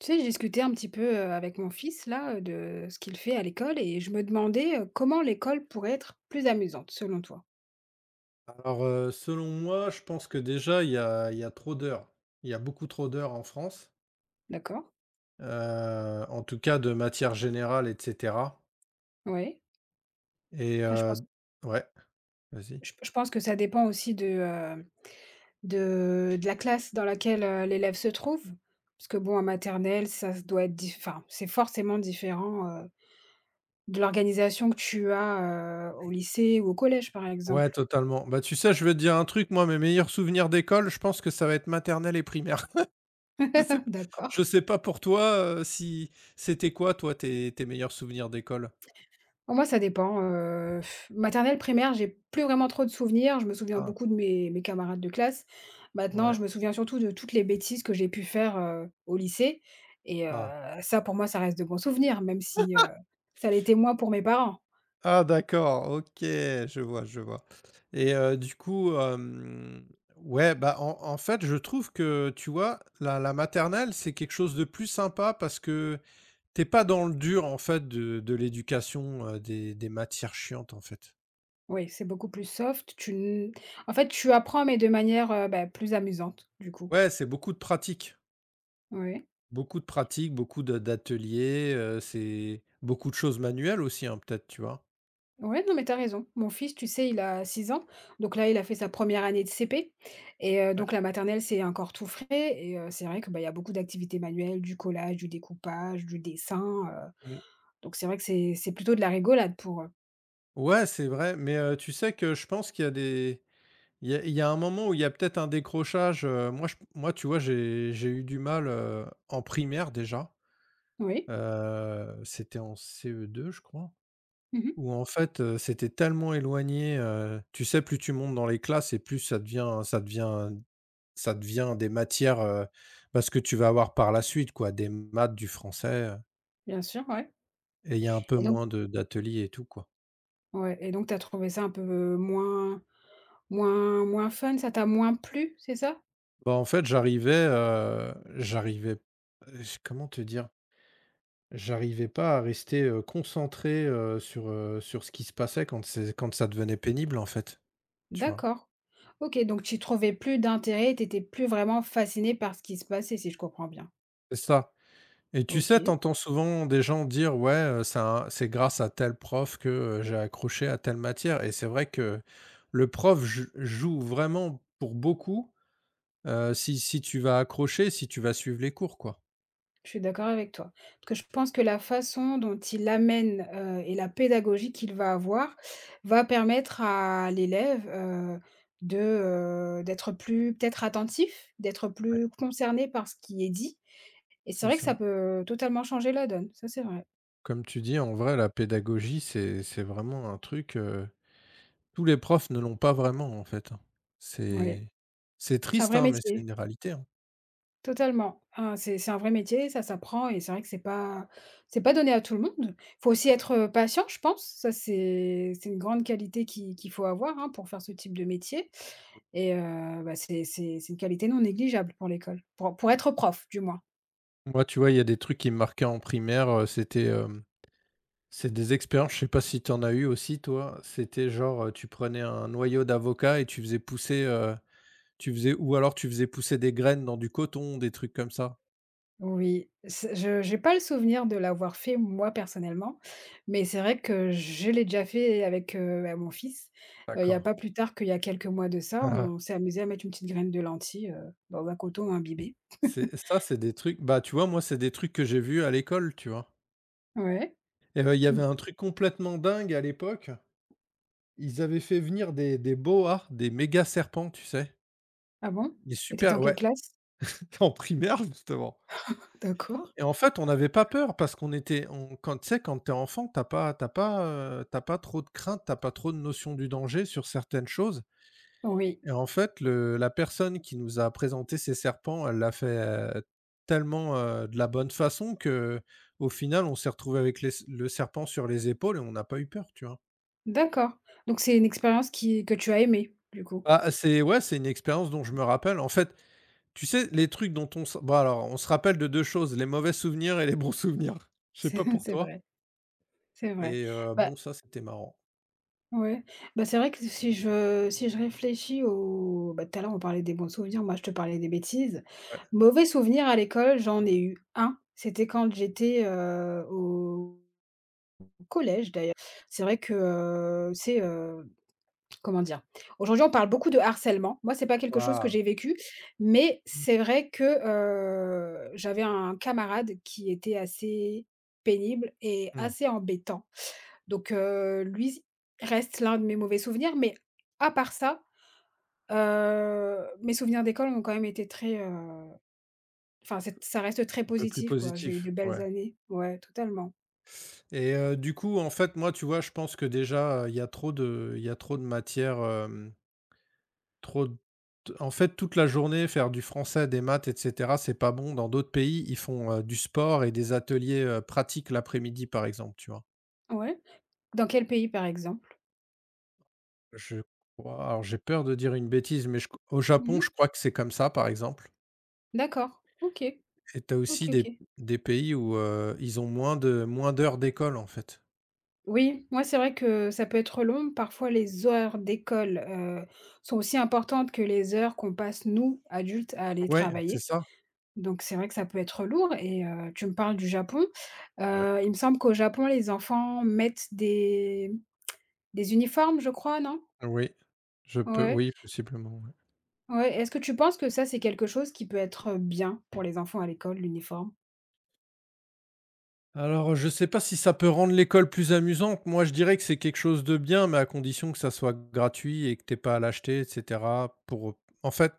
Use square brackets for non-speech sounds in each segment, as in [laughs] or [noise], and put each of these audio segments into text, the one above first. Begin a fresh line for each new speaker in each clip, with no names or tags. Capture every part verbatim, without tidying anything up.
Tu sais, j'ai discuté un petit peu, heu, avec mon fils là, heu, de ce qu'il fait à l'école et je me demandais, heu, comment l'école pourrait être plus amusante selon toi?
Alors, heu, selon moi, je pense que déjà il y a il y a trop d'heures. Il y a beaucoup trop d'heures en France,
D'accord.
heu, en tout cas de matière générale et cetera
Oui.
et
Après je pense
heu ouais, vas-y.
je je pense que ça dépend aussi de, heu, de de la classe dans laquelle, heu, l'élève se trouve. Parce que bon, en maternelle, ça se doit être dif enfin, c'est forcément différent, heu, de l'organisation que tu as, heu, au lycée ou au collège, par
Ouais,
exemple.
totalement. Bah, tu sais, je veux te dire un truc, moi, mes meilleurs souvenirs d'école, je pense que ça va être maternelle et primaire. [laughs] Je sais
[laughs]
je
D'accord.
sais pas pour toi, heu, si c'était quoi toi tes tes meilleurs souvenirs d'école?
Oh moi, ça dépend, heu, maternelle, primaire, j'ai plus vraiment trop de souvenirs. Je me souviens
Ah,
beaucoup de mes mes camarades de classe. Maintenant,
ouais,
je me souviens surtout de toutes les bêtises que j'ai pu faire, heu, au lycée et heu,
ah.
ça, pour moi, ça reste de bons souvenirs, même si, heu, ça l'était moins pour mes parents.
Ah d'accord, OK, je vois, je vois et heu, du coup, hem, ouais, bah, en en fait, je trouve que, tu vois, la la maternelle, c'est quelque chose de plus sympa parce que t'es pas dans le dur, en fait, de de l'éducation, heu, des des matières chiantes, en fait.
Oui, c'est beaucoup plus soft. Tu n en fait, tu apprends mais de manière, heu, bah, plus amusante, du coup.
Ouais, c'est beaucoup de pratique,
Oui.
beaucoup de pratique, beaucoup de d'ateliers, heu, c'est beaucoup de choses manuelles aussi, hein, peut-être, tu vois?
Ouais, non, mais t'as raison. Mon fils, tu sais, il a six ans. Donc là, il a fait sa première année de C P et heu,
Ouais,
donc la maternelle, c'est encore tout frais et heu, c'est vrai que, bah, il y a beaucoup d'activités manuelles, du collage, du découpage, du dessin, heu,
mmh.
donc c'est vrai que c'est c'est plutôt de la rigolade pour eux.
Ouais, c'est vrai, mais heu, tu sais que je pense qu'il y a des Il y a il y a un moment où il y a peut-être un décrochage, heu, moi je moi tu vois j'ai j'ai eu du mal, heu, en primaire déjà,
Oui.
heu, c'était en C E deux je crois,
Mmh.
où en fait, heu, c'était tellement éloigné, heu, tu sais plus tu montes dans les classes et plus ça devient ça devient ça devient des matières, heu, bah, que tu vas avoir par la suite quoi, des maths, du français, heu
Bien sûr, ouais.
et il y a un peu
et donc
moins de d'ateliers et tout quoi.
ouais et donc t'as trouvé ça un peu euh, moins moins moins fun, ça t'a moins plu, c'est ça?
Bah, en fait j'arrivais, heu, j'arrivais, heu, comment te dire? J'arrivais pas à rester, heu, concentré, heu, sur, heu, sur ce qui se passait quand c'est quand ça devenait pénible, en fait, tu vois?
D'accord. OK, donc tu trouvais plus d'intérêt, t'étais plus vraiment fasciné par ce qui se passait, si je comprends bien.
C'est ça et tu sais,
OK.
t'entends souvent des gens dire: «Ouais, heu, c'est un c'est grâce à tel prof que, heu, j'ai accroché à telle matière» et c'est vrai que le prof j joue vraiment pour beaucoup Heu, si si tu vas accrocher, si tu vas suivre les cours, quoi.
Je suis d'accord avec toi. Parce que je pense que la façon dont il amène, heu et la pédagogie qu'il va avoir, va permettre à l'élève, heu, de, heu, d'être plus peut-être attentif, d'être
Ouais,
plus concerné par ce qui est dit et c'est
c'est
vrai que ça
ça.
peut totalement changer la donne. Ça, c'est vrai.
Comme tu dis, en vrai, la pédagogie, c'est c'est vraiment un truc, heu, tous les profs ne l'ont pas vraiment, en fait, hein.
Ouais,
C'est c'est
c'est un
triste,
vrai
hein, mais c'est
métier.
une réalité, hein.
Totalement. Hein, c'est c'est un vrai métier, ça s'apprend et c'est vrai que c'est pas c'est pas donné à tout le monde. Faut aussi être, heu, patient, je pense. Ça, c'est c'est une grande qualité qui qu'il faut avoir, hein, pour faire ce type de métier et heu, bah, c'est c'est c'est une qualité non négligeable pour l'école, pour pour être prof, du moins.
Moi, tu vois, il y a des trucs qui me marquaient en primaire, heu, c'était, hem C'est des expériences, je sais pas si tu en as eu aussi toi? C'était genre, heu, tu prenais un noyau d'avocat et tu faisais pousser, heu, tu faisais ou alors tu faisais pousser des graines dans du coton, des trucs comme ça?
Oui, c'est je j'ai pas le souvenir de l'avoir fait moi, personnellement, mais c'est vrai que je l'ai déjà fait avec, heu, bah, mon fils. Heu, il y a
D'accord.
pas plus tard qu'il y a quelques mois de ça,
Ah.
on s'est amusé à mettre une petite graine de lentilles, heu, dans un coton imbibé.
C'est ça, c'est des trucs bah, tu vois, moi, c'est des trucs que j'ai vus à l'école, tu vois?
Ouais.
Et bah, il y
OK.
avait un truc complètement dingue à l'époque, ils avaient fait venir des des boas, des méga serpents, tu sais?
Ah bon?
Des
Et tu étais
super
en quelle
Ouais,
classe?
[laughs] en primaire justement.
D'accord.
Et en fait, on n'avait pas peur parce qu'on était on quand tu sais, quand t'es enfant, t'as pas t'as pas, heu, tu pas trop de crainte, t'as pas trop de notion du danger sur certaines choses
Oui.
et en fait, le la personne qui nous a présenté ces serpents, elle l'a fait, heu, tellement, heu, de la bonne façon que, au final, on s'est retrouvé avec les le serpent sur les épaules et on n'a pas eu peur, tu vois?
D'accord. Donc c'est une expérience qui que tu as aimée, du coup?
Ah, c'est ouais, c'est une expérience dont je me rappelle. En fait, tu sais, les trucs dont on se bon alors, on se rappelle de deux choses, les mauvais souvenirs et les bons souvenirs. Je sais
C'est
pas
[laughs]
pour
c'est
toi
vrai, c'est vrai.
et heu,
Bah,
Bon, ça, c'était marrant.
ouais, bah, c'est vrai que si je si je réfléchis au bah, tout à l'heure, on parlait des bons souvenirs, moi je te parlais des bêtises. Mauvais souvenir à l'école, j'en ai eu un. C'était quand j'étais, heu, au collège d'ailleurs. C'est vrai que, heu, tu comment dire? Aujourd'hui, on parle beaucoup de harcèlement. Moi, c'est pas quelque chose que
Waouh!
j'ai vécu, mais c'est vrai que, heu, j'avais un camarade qui était assez pénible et
Mmh.
assez embêtant. Donc, heu, lui reste l'un de mes mauvais souvenirs, mais à part ça, heu, mes souvenirs d'école ont quand même été très, heu, enfin, c'est ça reste très
Un peu plus
positif, quoi. J'ai eu
positif,
de belles
ouais
années. Ouais, totalement.
et heu, Du coup, en fait, moi, tu vois, je pense que déjà, heu, il y a trop de il y a trop de matière, hem, trop d en fait, toute la journée, faire du français, des maths et cetera, c'est pas bon. Dans d'autres pays, ils font, heu, du sport et des ateliers, heu, pratiques l'après-midi, par exemple, tu vois?
Ouais. Dans quel pays, par exemple?
Je crois Alors j'ai peur de dire une bêtise, mais je au Japon,
Mmh.
je crois que c'est comme ça, par exemple,
D'accord. OK.
et t'as aussi
OK,
des
OK.
des pays où, heu, ils ont moins de moins d'heures d'école, en fait.
Oui, moi c'est vrai que ça peut être long. Parfois, les heures d'école, heu, sont aussi importantes que les heures qu'on passe, nous, adultes, à aller
Ouais, c'est
travailler.
ça.
Donc c'est vrai que ça peut être lourd et heu, tu me parles du Japon.
Ouais.
Heu, il me semble qu'au Japon, les enfants mettent des des uniformes, je crois, non?
Oui, je peux
Ouais,
oui, possiblement, ouais.
ouais. Est-ce que tu penses que ça, c'est quelque chose qui peut être bien pour les enfants à l'école, l'uniforme?
Alors, je sais pas si ça peut rendre l'école plus amusante. Moi, je dirais que c'est quelque chose de bien, mais à condition que ça soit gratuit et que t'aies pas à l'acheter, et cetera, pour, en fait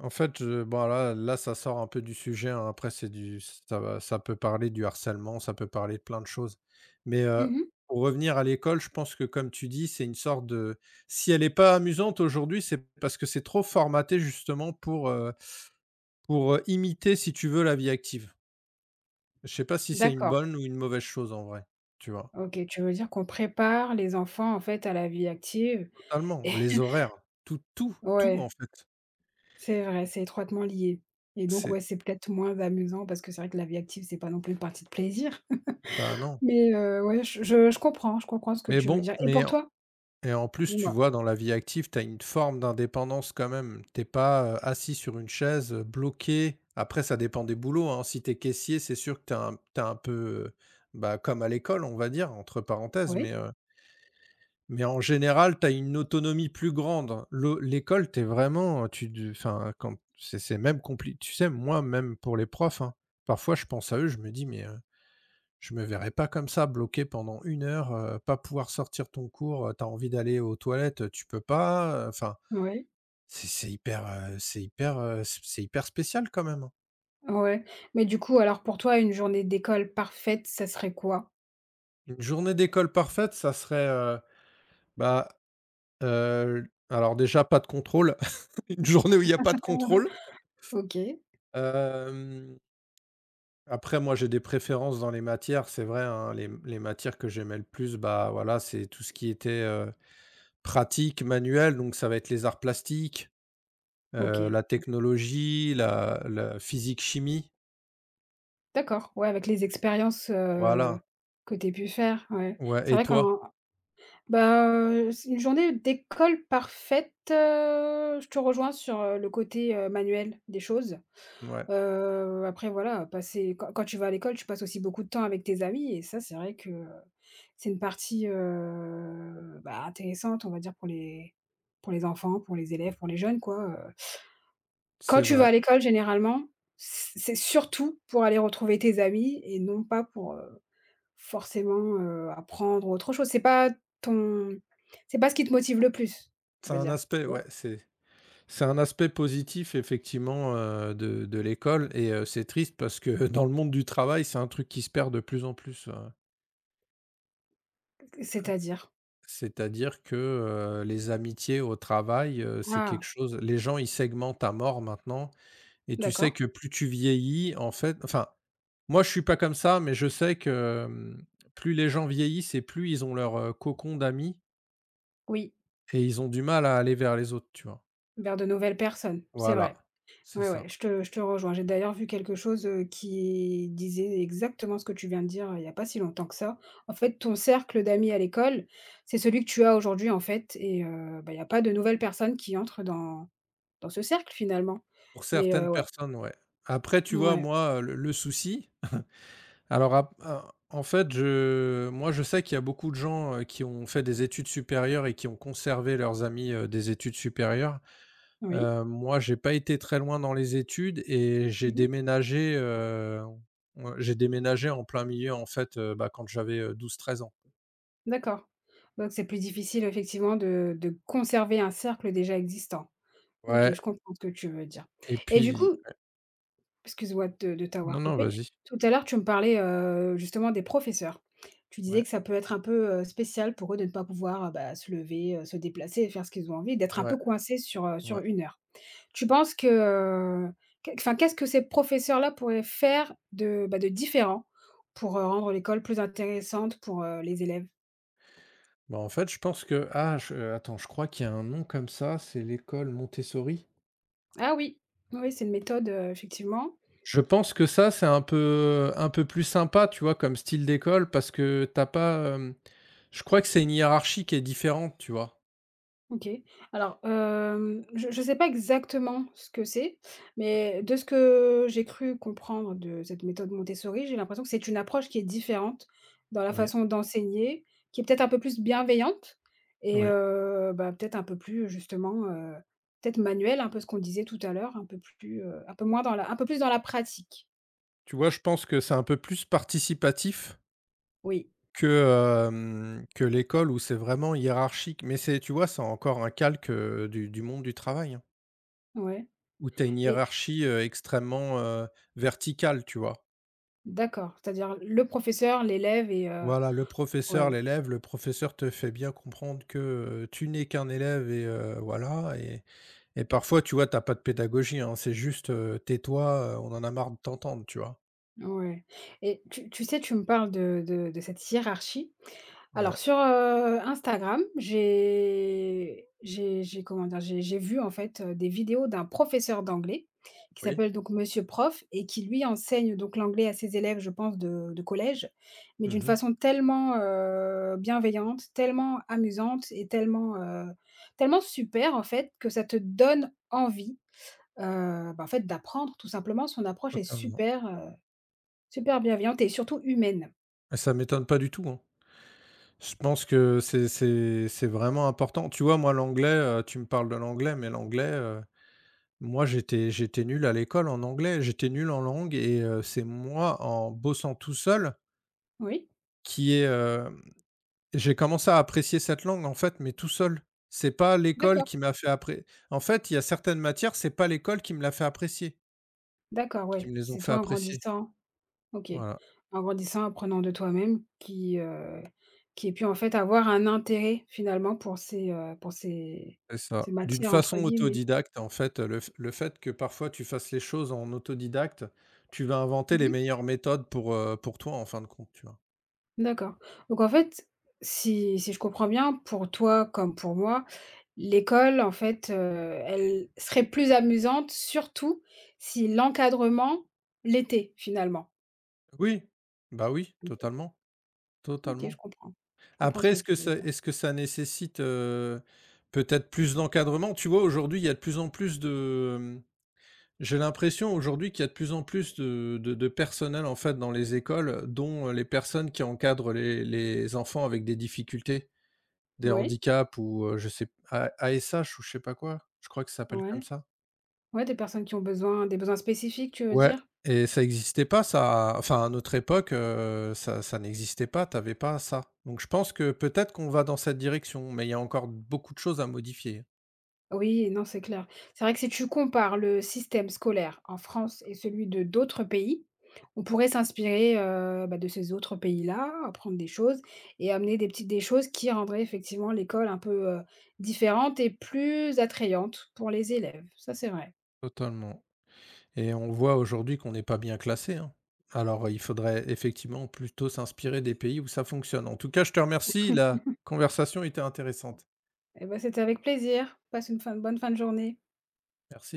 en fait, je bon là là, ça sort un peu du sujet, hein. Après, c'est du ça va ça peut parler du harcèlement, ça peut parler de plein de choses. Mais, heu,
Mmh.
pour revenir à l'école, je pense que comme tu dis, c'est une sorte de si elle est pas amusante aujourd'hui, c'est parce que c'est trop formaté justement pour, heu, pour, heu, imiter si tu veux la vie active. Je sais pas si c'est une
D'accord.
bonne ou une mauvaise chose en vrai, tu vois?
OK, tu veux dire qu'on prépare les enfants, en fait, à la vie active.
Totalement, les horaires, tout, tout,
[laughs]
tout en
Ouais.
fait.
C'est vrai, c'est étroitement lié et donc
C'est
ouais, c'est peut-être moins amusant parce que c'est vrai que la vie active, c'est pas non plus une partie de plaisir.
Bah, non,
[laughs] Mais heu, ouais, je je je comprends, je comprends ce que
mais
tu veux
bon,
dire et
mais
pour
en
toi?
et en plus, tu
Dis-moi.
vois, dans la vie active, tu as une forme d'indépendance quand même. T'es pas, heu, assis sur une chaise, heu, bloqué. Après, ça dépend des boulots, hein. Si t'es caissier, c'est sûr que t'es un t'es un peu, heu, bah, comme à l'école, on va dire, entre parenthèses, mais
Oui,
heu Mais en général, tu as une autonomie plus grande. Le L'école, tu es vraiment, tu de enfin, quand c'est c'est même compliqué, tu sais, moi, même pour les profs, hein, parfois, je pense à eux, je me dis: «Mais, heu, je me verrais pas comme ça, bloqué pendant une heure, heu, pas pouvoir sortir ton cours, heu, tu envie d'aller aux toilettes, heu, tu peux pas», heu, enfin,
oui,
c'est c'est hyper, heu, c'est hyper, heu, c c'est hyper spécial quand même, hein.
ouais. Mais du coup, alors pour toi, une journée d'école parfaite, ça serait quoi?
Une journée d'école parfaite, ça serait, heu, bah, heu, alors déjà, pas de contrôle, [laughs] une journée où il y a pas de contrôle,
OK,
hem Après, moi, j'ai des préférences dans les matières, c'est vrai, hein, les les matières que j'aimais le plus, bah, voilà, c'est tout ce qui était, heu, pratique, manuel, donc ça va être les arts plastiques, heu,
OK.
la technologie, la la physique-chimie,
D'accord, ouais, avec les expériences,
voilà.
heu, que tu aies pu faire, ouais.
Ouais
C'est
et
vrai qu'en
toi?
Bah, heu, c'est une journée d'école parfaite, heu, je te rejoins sur, heu, le côté, heu, manuel des choses.
Ouais,
Heu, après voilà, passer quand quand tu vas à l'école, tu passes aussi beaucoup de temps avec tes amis et ça, c'est vrai que, heu, c'est une partie, heu, bah, intéressante, on va dire pour les pour les enfants, pour les élèves, pour les jeunes quoi, heu.
c'est
Quand tu vas
vrai.
à l'école généralement, c c'est surtout pour aller retrouver tes amis et non pas pour, heu, forcément, heu, apprendre autre chose. C'est pas ton c'est pas ce qui te motive le plus, je
C'est
veux
un
dire, tu
aspect
vois?
Ouais, c'est c'est un aspect positif effectivement, heu, de de l'école et heu, c'est triste parce que [laughs] dans le monde du travail, c'est un truc qui se perd de plus en plus, heu
C'est-à-dire?
C'est-à-dire que, heu, les amitiés au travail, heu, c'est quelque
Ah,
chose les gens, ils segmentent à mort maintenant et tu sais
d'accord,
que plus tu vieillis, en fait enfin, moi, je suis pas comme ça, mais je sais que, mmh, plus les gens vieillissent et plus ils ont leur, heu, cocon d'amis
oui,
et ils ont du mal à aller vers les autres, tu vois?
vers de nouvelles personnes, c'est
Voilà,
vrai.
c'est
Ouais,
ça.
ouais, je te je te rejoins. J'ai d'ailleurs vu quelque chose, heu, qui disait exactement ce que tu viens de dire, euh, il y a pas si longtemps que ça. En fait, ton cercle d'amis à l'école, c'est celui que tu as aujourd'hui, en fait et heu, bah, il y a pas de nouvelles personnes qui entrent dans dans ce cercle, finalement.
Pour
Mais
certaines
heu, ouais,
personnes, ouais. Après, tu vois,
ouais,
moi, le le souci Alors, ap a en fait, je moi, je sais qu'il y a beaucoup de gens, heu, qui ont fait des études supérieures et qui ont conservé leurs amis, heu, des études supérieures.
oui.
Heu, moi, j'ai pas été très loin dans les études et j'ai
Mmh.
déménagé, heu, ouais, j'ai déménagé en plein milieu, en fait, heu, bah, quand j'avais, douze treize ans.
D'accord. Donc c'est plus difficile, effectivement, de de conserver un cercle déjà existant. OK,
Ouais
je comprends ce que tu veux dire
et
et du coup
puis
excuse-moi de de
non,
t'avoir
non,
coupé.
vas-y.
Tout à l'heure, tu me parlais, heu, justement des professeurs. Tu disais
Ouais,
que ça peut être un peu, heu, spécial pour eux de ne pas pouvoir, heu, bah, se lever, heu, se déplacer faire ce qu'ils ont envie, d'être un
ouais,
peu coincés sur, heu,
ouais.
sur une heure. Tu penses que, heu, qu enfin, qu'est-ce que ces professeurs-là pourraient faire de, bah, de différent pour, heu, rendre l'école plus intéressante pour, heu, les élèves?
Bah, en fait, je pense que ah, je euh, attends, je crois qu'il y a un nom comme ça, c'est l'école Montessori?
Ah oui, oui, c'est une méthode, heu, effectivement.
Je pense que ça, c'est un peu un peu plus sympa, tu vois, comme style d'école parce que t'as pas, hem, je crois que c'est une hiérarchie qui est différente, tu vois?
OK. Alors, hem, je ne sais pas exactement ce que c'est, mais de ce que j'ai cru comprendre de cette méthode Montessori, j'ai l'impression que c'est une approche qui est différente dans la
Oui,
façon d'enseigner, qui est peut-être un peu plus bienveillante et
oui.
heu, bah, peut-être un peu plus justement, heu, peut-être manuelle, un peu ce qu'on disait tout à l'heure, un peu plus, heu, un peu moins dans la un peu plus dans la pratique.
Tu vois, je pense que c'est un peu plus participatif
Oui,
que, hem, que l'école où c'est vraiment hiérarchique. Mais c'est tu vois, c'est encore un calque, heu, du du monde du travail, hein,
ouais
où tu as une
et
hiérarchie, heu, extrêmement, heu, verticale, tu vois?
d'accord, c'est-à-dire le professeur, l'élève et heu
Voilà, le professeur,
ouais.
l'élève, le professeur te fait bien comprendre que, heu, tu n'es qu'un élève et heu, voilà et Et parfois, tu vois, t'as pas de pédagogie, hein, c'est juste, heu, tais-toi, heu, on en a marre de t'entendre, tu vois?
Ouais et tu tu sais, tu me parles de de de cette hiérarchie.
Ouais,
Alors sur, heu, Instagram, j'ai j'ai j'ai comment dire? J'ai j'ai vu en fait, heu, des vidéos d'un professeur d'anglais qui
oui,
s'appelle donc Monsieur Prof et qui lui enseigne donc l'anglais à ses élèves, je pense de de collège, mais d'une
mmh,
façon tellement, heu, bienveillante, tellement amusante et tellement, heu, tellement super en fait que ça te donne envie, heu, bah, en fait d'apprendre tout simplement. Son approche est
totalement.
super, euh, super bienveillante et surtout humaine.
Et ça m'étonne pas du tout, hein. Je pense que c'est c'est c'est vraiment important. Tu vois, moi, l'anglais, heu, tu me parles de l'anglais, mais l'anglais, heu, moi, j'étais j'étais nul à l'école en anglais, j'étais nul en langue et heu, c'est moi, en bossant tout seul,
Oui?
qui est. hem, j'ai commencé à apprécier cette langue, en fait, mais tout seul. C'est pas l'école
D'accord,
qui m'a fait appré En fait, il y a certaines matières, c'est pas l'école qui me l'a fait apprécier.
d'accord,
Qui
ouais.
me les ont
C'est
fait
toi en
apprécier.
grandissant. OK.
Voilà,
En grandissant, apprenant de toi-même qui, heu, qui ait pu en fait avoir un intérêt finalement pour ces, heu, pour ces
c'est ça.
ces
D'une
«matières» entre
façon
guillemets.
autodidacte, en fait, le f le fait que parfois tu fasses les choses en autodidacte, tu vas inventer
Mmh
les
mh.
meilleures méthodes pour, heu, pour toi en fin de compte, tu vois?
D'accord. Donc en fait, si si je comprends bien, pour toi comme pour moi, l'école en fait, heu, elle serait plus amusante surtout si l'encadrement l'était finalement?
Oui, bah, oui,
OK.
totalement,
OK, je
totalement.
comprends. Je comprends
Après
ce que
est-ce
tu
que
veux
ça
dire.
est-ce que ça nécessite, heu, peut-être plus d'encadrement? Tu vois, aujourd'hui, il y a de plus en plus de, mmh, j'ai l'impression aujourd'hui qu'il y a de plus en plus de de de personnel, en fait, dans les écoles, dont, les personnes qui encadrent les les enfants avec des difficultés. Des
Oui,
handicaps ou heu, je sais A ASH ou je sais pas quoi, je crois que ça s'appelle comme
ouais.
ça.
Ouais, des personnes qui ont besoin des besoins spécifiques, tu veux
Ouais
dire?
et ça existait pas ça, enfin à notre époque, heu, ça ça n'existait pas, t'avais pas ça. Donc je pense que peut-être qu'on va dans cette direction, mais il y a encore beaucoup de choses à modifier.
Oui, non, c'est clair. C'est vrai que si tu compares le système scolaire en France et celui de d'autres pays, on pourrait s'inspirer, heu, bah, de ces autres pays-là, apprendre des choses et amener des petites des choses qui rendraient effectivement l'école un peu, heu, différente et plus attrayante pour les élèves. Ça, c'est vrai.
Totalement et on voit aujourd'hui qu'on n'est pas bien classé, hein. Alors il faudrait effectivement plutôt s'inspirer des pays où ça fonctionne. En tout cas, je te remercie, la conversation était intéressante.
Et ben, c'était avec plaisir. Passe une fin bonne fin de journée.
Merci.